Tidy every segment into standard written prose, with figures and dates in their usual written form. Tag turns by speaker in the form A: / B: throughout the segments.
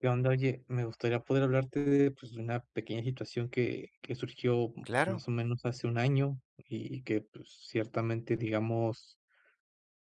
A: ¿Qué onda? Oye, me gustaría poder hablarte de, pues, de una pequeña situación que surgió, pues, más
B: Claro,
A: o menos hace un año, y que, pues, ciertamente, digamos,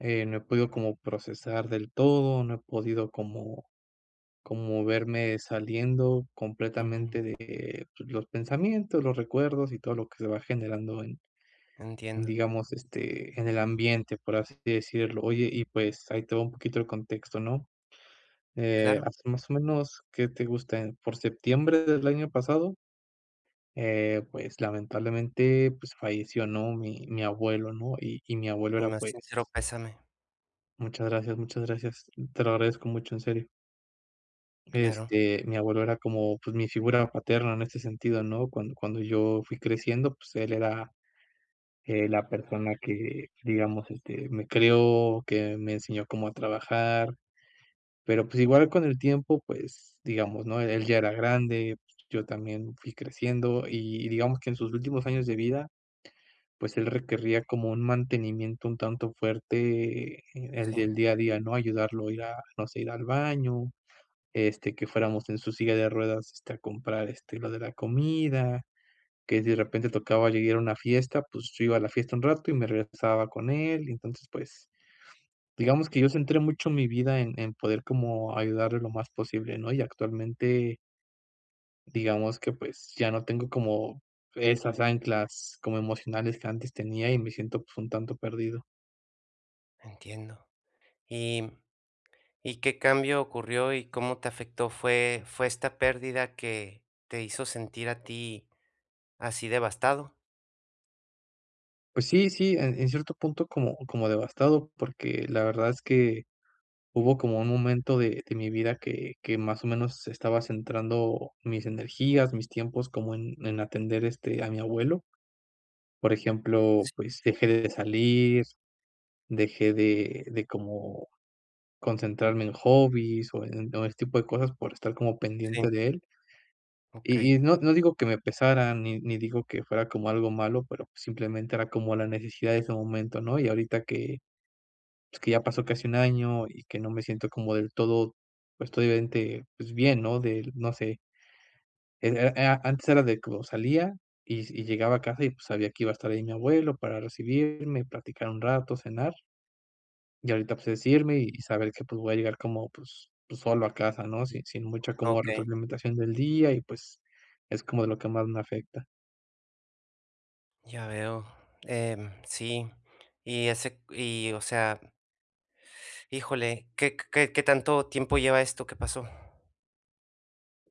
A: no he podido como procesar del todo. No he podido como, verme saliendo
B: ujú,
A: completamente de, pues, los pensamientos, los recuerdos y todo lo que se va generando en,
B: entiendo.
A: digamos, en el ambiente, por así decirlo. Oye, y pues ahí te va un poquito el contexto, ¿no?
B: Claro,
A: Hace más o menos, ¿qué te gusta? Por septiembre del año pasado, pues lamentablemente, pues, falleció, ¿no? Mi abuelo, ¿no? Y mi abuelo
B: mi
A: era,
B: más
A: pues,
B: sincero pésame.
A: muchas gracias, te lo agradezco mucho, en serio.
B: Claro,
A: Mi abuelo era como pues mi figura paterna en este sentido, ¿no? Cuando yo fui creciendo, pues él era la persona que, digamos, me creó, que me enseñó cómo a trabajar. Pero, pues, igual con el tiempo, pues, digamos, ¿no? Él ya era grande, yo también fui creciendo, y digamos que en sus últimos años de vida, pues, él requería como un mantenimiento un tanto fuerte. El
B: sí,
A: del día a día, ¿no? Ayudarlo a ir a, no sé, ir al baño, que fuéramos en su silla de ruedas, a comprar, lo de la comida, que si de repente tocaba llegar a una fiesta, pues, yo iba a la fiesta un rato y me regresaba con él, y entonces, pues, digamos que yo centré mucho mi vida en, poder como ayudarle lo más posible, ¿no? Y actualmente, digamos que pues ya no tengo como esas anclas como emocionales que antes tenía, y me siento pues un tanto perdido.
B: entiendo. ¿Y qué cambio ocurrió y cómo te afectó? ¿Fue esta pérdida que te hizo sentir a ti así devastado?
A: Pues sí, sí, en, cierto punto como, devastado, porque la verdad es que hubo como un momento de, mi vida que más o menos estaba centrando mis energías, mis tiempos como en, atender a mi abuelo. Por ejemplo, pues dejé de salir. Dejé de como concentrarme en hobbies o en, o este tipo de cosas por estar como
B: Sí,
A: pendiente de él. Y
B: okey,
A: y no digo que me pesara, ni digo que fuera como algo malo, pero simplemente era como la necesidad de ese momento, ¿no? Y ahorita que, pues, que ya pasó casi un año y que no me siento como del todo, pues, totalmente, pues, bien, ¿no? Del, no sé, e antes era de como salía y llegaba a casa y, pues, sabía que iba a estar ahí mi abuelo para recibirme, platicar un rato, cenar. Y ahorita pues es irme y saber que pues voy a llegar como pues, pues solo a casa, ¿no? Sin mucha como
B: okey,
A: retroalimentación del día, y pues es como de lo que más me afecta.
B: ya veo. Sí, o sea, híjole, ¿qué tanto tiempo lleva esto que pasó?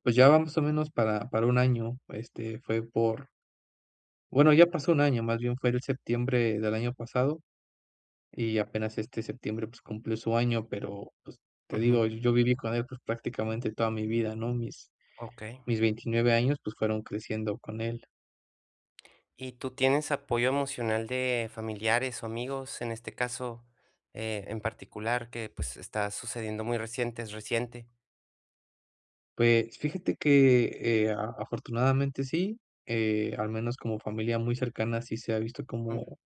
A: Pues ya va más o menos para un año. Este fue por, bueno, ya pasó un año, más bien fue el septiembre del año pasado, y apenas este septiembre pues cumplió su año, pero pues te
B: Ujú,
A: digo, yo viví con él pues prácticamente toda mi vida, ¿no? Mis,
B: okey.
A: mis 29 años pues fueron creciendo con él.
B: ¿Y tú tienes apoyo emocional de familiares o amigos, en este caso, en particular, que pues está sucediendo muy reciente, es reciente?
A: Pues fíjate que, a afortunadamente sí, al menos como familia muy cercana sí se ha visto
B: Ujú,
A: como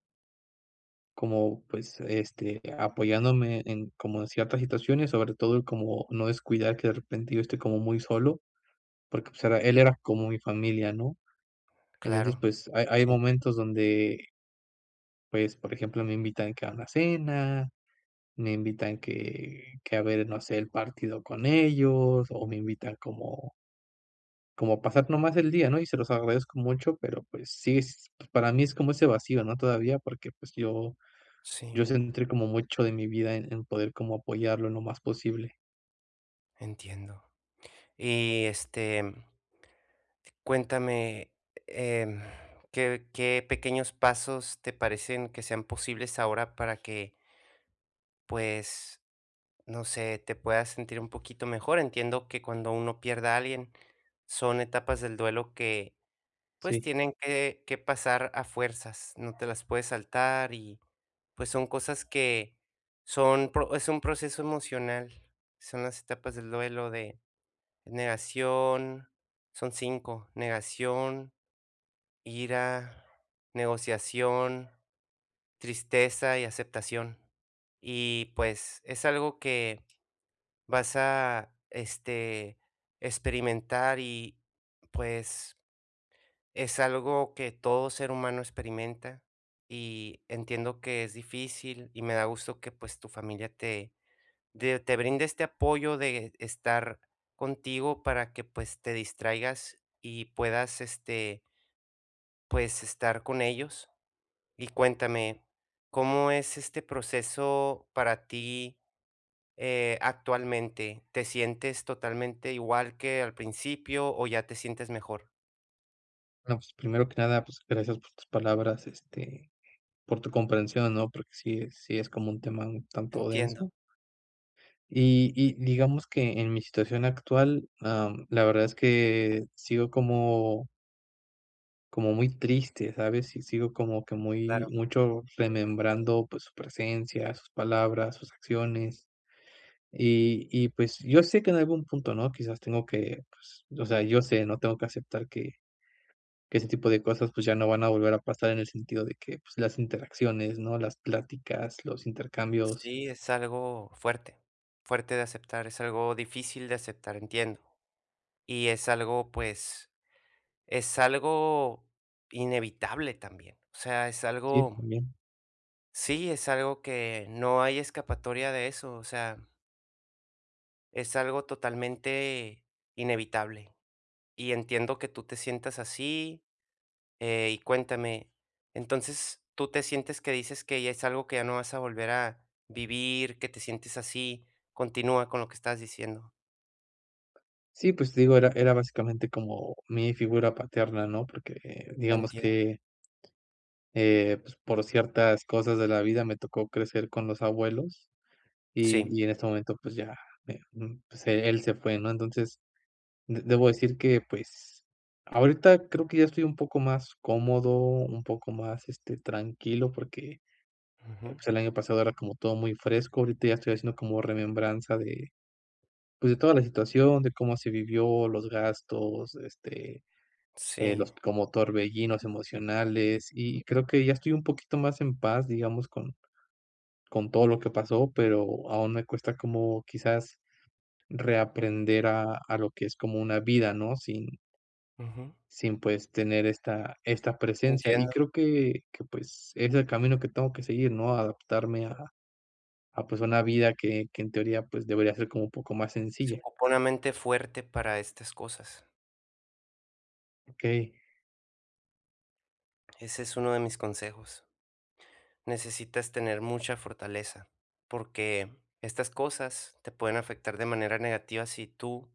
A: pues, apoyándome en como en ciertas situaciones, sobre todo como no descuidar que de repente yo esté como muy solo, porque, pues, era, él era como mi familia, ¿no? Entonces,
B: claro,
A: pues, hay
B: sí,
A: momentos donde, pues, por ejemplo, me invitan que a una cena, me invitan que a ver, no sé, el partido con ellos, o me invitan como pasar nomás el día, ¿no? Y se los agradezco mucho, pero pues sí, pues, para mí es como ese vacío, ¿no? Todavía, porque pues yo,
B: sí,
A: yo centré como mucho de mi vida en, poder como apoyarlo lo más posible,
B: entiendo. Y este, cuéntame, em, ¿qué pequeños pasos te parecen que sean posibles ahora para que, pues, no sé, te puedas sentir un poquito mejor? Entiendo que cuando uno pierde a alguien, son etapas del duelo que pues
A: sí.
B: tienen que pasar a fuerzas, no te las puedes saltar y, pues, son cosas que son pro es un proceso emocional, son las etapas del duelo de negación, son cinco: negación, ira, negociación, tristeza y aceptación. Y, pues, es algo que vas a, este, experimentar y, pues, es algo que todo ser humano experimenta, y entiendo que es difícil y me da gusto que pues tu familia te brinde este apoyo de estar contigo para que pues te distraigas y puedas, este, pues estar con ellos. Y cuéntame, ¿cómo es este proceso para ti, actualmente? ¿Te sientes totalmente igual que al principio o ya te sientes mejor?
A: No, pues primero que nada, pues gracias por tus palabras, por tu comprensión, ¿no? Porque sí, sí es como un tema un tanto
B: Entiendo,
A: denso. Y digamos que en mi situación actual, la verdad es que sigo como muy triste, ¿sabes? Y sigo como que muy,
B: claro.
A: mucho remembrando pues su presencia, sus palabras, sus acciones. Y pues yo sé que en algún punto, ¿no? Quizás tengo que, pues, o sea, yo sé, ¿no? Tengo que aceptar que, ese tipo de cosas pues ya no van a volver a pasar en el sentido de que pues las interacciones, ¿no? Las pláticas, los intercambios,
B: Sí, es algo fuerte, fuerte de aceptar, es algo difícil de aceptar, entiendo. Y es algo, pues, es algo inevitable también. O sea, es
A: sí,
B: algo,
A: también.
B: sí, es algo que no hay escapatoria de eso. O sea, es algo totalmente inevitable. Y entiendo que tú te sientas así. Y cuéntame, entonces, ¿tú te sientes que dices que ya es algo que ya no vas a volver a vivir, que te sientes así? Continúa con lo que estás diciendo.
A: Sí, pues digo, era básicamente como mi figura paterna, ¿no? Porque digamos
B: Entiendo,
A: que pues, por ciertas cosas de la vida me tocó crecer con los abuelos, y,
B: sí,
A: y en este momento pues ya, pues, él se fue, ¿no? Entonces, debo decir que pues ahorita creo que ya estoy un poco más cómodo, un poco más tranquilo porque
B: ujú,
A: pues, el año pasado era como todo muy fresco. Ahorita ya estoy haciendo como remembranza de, pues, de toda la situación, de cómo se vivió, los gastos,
B: sí,
A: los como torbellinos emocionales, y creo que ya estoy un poquito más en paz, digamos, con todo lo que pasó, pero aún me cuesta como quizás reaprender a lo que es como una vida, ¿no? Sin,
B: ujú,
A: pues tener esta, esta presencia. Y
B: entiendo.
A: creo que pues es el camino que tengo que seguir, ¿no? Adaptarme a, pues una vida que en teoría pues debería ser como un poco más
B: Se
A: sencilla.
B: ocupa una mente fuerte para estas cosas.
A: Ok,
B: Ese es uno de mis consejos. Necesitas tener mucha fortaleza, porque estas cosas te pueden afectar de manera negativa si tú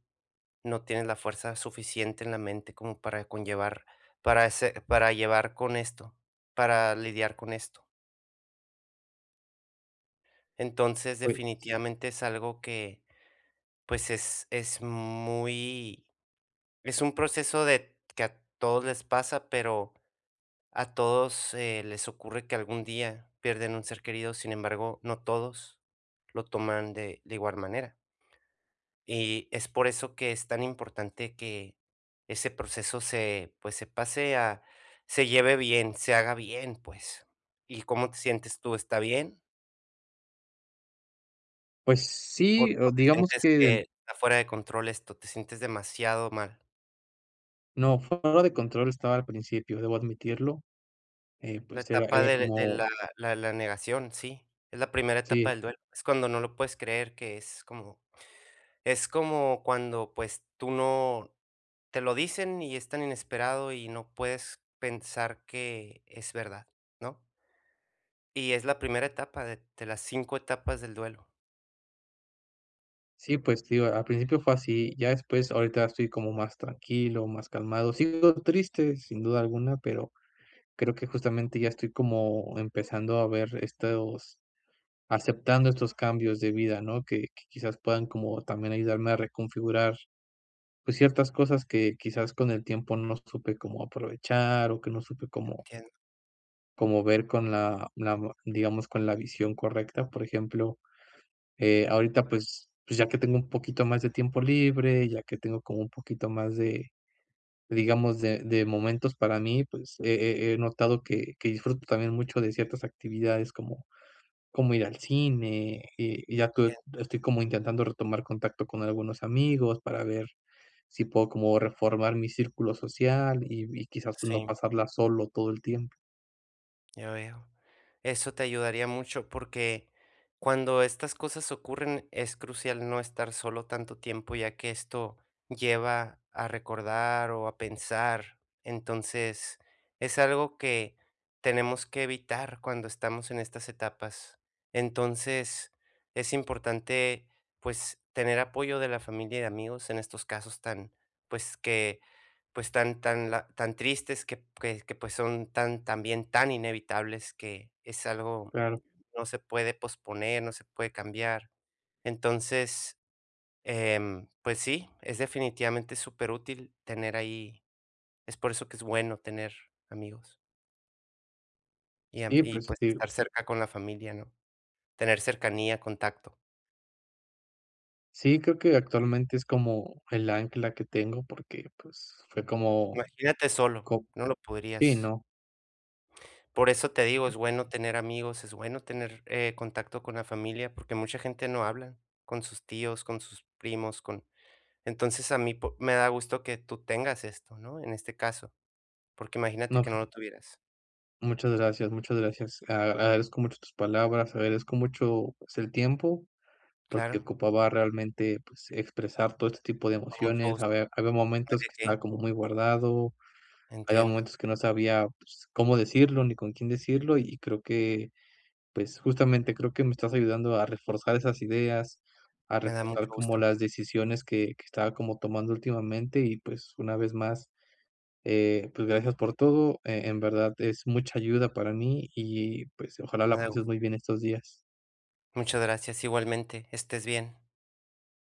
B: no tienes la fuerza suficiente en la mente como para conllevar, para llevar con esto, para lidiar con esto. Entonces,
A: pues,
B: definitivamente es algo que, pues, es muy, es un proceso de que a todos les pasa, pero a todos, les ocurre que algún día pierden un ser querido, sin embargo, no todos lo toman de igual manera. Y es por eso que es tan importante que ese proceso se, pues, se pase a se lleve bien, se haga bien, pues. ¿Y cómo te sientes tú? ¿Está bien?
A: pues sí, o
B: O te
A: digamos
B: sientes
A: que
B: que está fuera de control esto? ¿Te sientes demasiado mal?
A: no, fuera de control estaba al principio, debo admitirlo.
B: La
A: Pues era,
B: etapa
A: era
B: de
A: como,
B: la negación, sí, es la primera etapa
A: sí.
B: del duelo. Es cuando no lo puedes creer, que es como, es como cuando, pues, tú no, te lo dicen y es tan inesperado y no puedes pensar que es verdad, ¿no? Y es la primera etapa de las 5 etapas del duelo.
A: Sí, pues digo, al principio fue así, ya después ahorita estoy como más tranquilo, más calmado. Sigo triste, sin duda alguna, pero creo que justamente ya estoy como empezando a ver estos, aceptando estos cambios de vida, ¿no? Que quizás puedan como también ayudarme a reconfigurar pues ciertas cosas que quizás con el tiempo no supe cómo aprovechar, o que no supe cómo,
B: Entiendo,
A: cómo ver con la, digamos, con la visión correcta. Por ejemplo, ahorita, pues, pues, ya que tengo un poquito más de tiempo libre, ya que tengo como un poquito más de, digamos, de momentos para mí, pues, he notado que disfruto también mucho de ciertas actividades como ir al cine. Y ya tuve
B: entiendo,
A: Estoy como intentando retomar contacto con algunos amigos para ver si puedo como reformar mi círculo social, y quizás, pues, no
B: sí.
A: pasarla solo todo el tiempo.
B: Ya veo. Eso te ayudaría mucho porque cuando estas cosas ocurren es crucial no estar solo tanto tiempo, ya que esto lleva a recordar o a pensar. Entonces, es algo que tenemos que evitar cuando estamos en estas etapas. Entonces, es importante pues tener apoyo de la familia y de amigos en estos casos tan, pues, que pues tan tristes que, pues, son tan también tan inevitables, que es algo,
A: Claro.
B: no se puede posponer, no se puede cambiar. Entonces, pues sí, es definitivamente súper útil tener ahí, es por eso que es bueno tener amigos y am
A: Sí,
B: y,
A: pues,
B: pues,
A: sí.
B: estar cerca con la familia, ¿no? Tener cercanía, contacto.
A: Sí, creo que actualmente es como el ancla que tengo porque, pues, fue como
B: Imagínate solo,
A: co
B: no lo
A: sí,
B: podrías.
A: no,
B: Por eso te digo, es bueno tener amigos, es bueno tener, contacto con la familia, porque mucha gente no habla con sus tíos, con sus primos, con, entonces a mí po me da gusto que tú tengas esto, ¿no? En este caso, porque imagínate
A: no,
B: que
A: pues,
B: no lo tuvieras.
A: muchas gracias, muchas gracias. A Agradezco mucho tus palabras, agradezco mucho, pues, el tiempo, porque
B: Claro,
A: ocupaba realmente, pues, expresar todo este tipo de
B: con mucho
A: emociones.
B: gusto,
A: Había
B: no hay
A: momentos
B: de
A: que
B: qué.
A: estaba como muy guardado, había
B: Entiendo,
A: momentos que no sabía, pues, cómo decirlo, ni con quién decirlo, y creo que, pues, justamente creo que me estás ayudando a reforzar esas ideas, a
B: me da
A: reforzar
B: mucho
A: como
B: gusto,
A: las decisiones que estaba como tomando últimamente, y, pues, una vez más, pues, gracias por todo, en verdad es mucha ayuda para mí y, pues, ojalá la
B: me da
A: pases
B: gusto.
A: muy bien estos días.
B: Muchas gracias, igualmente, estés bien.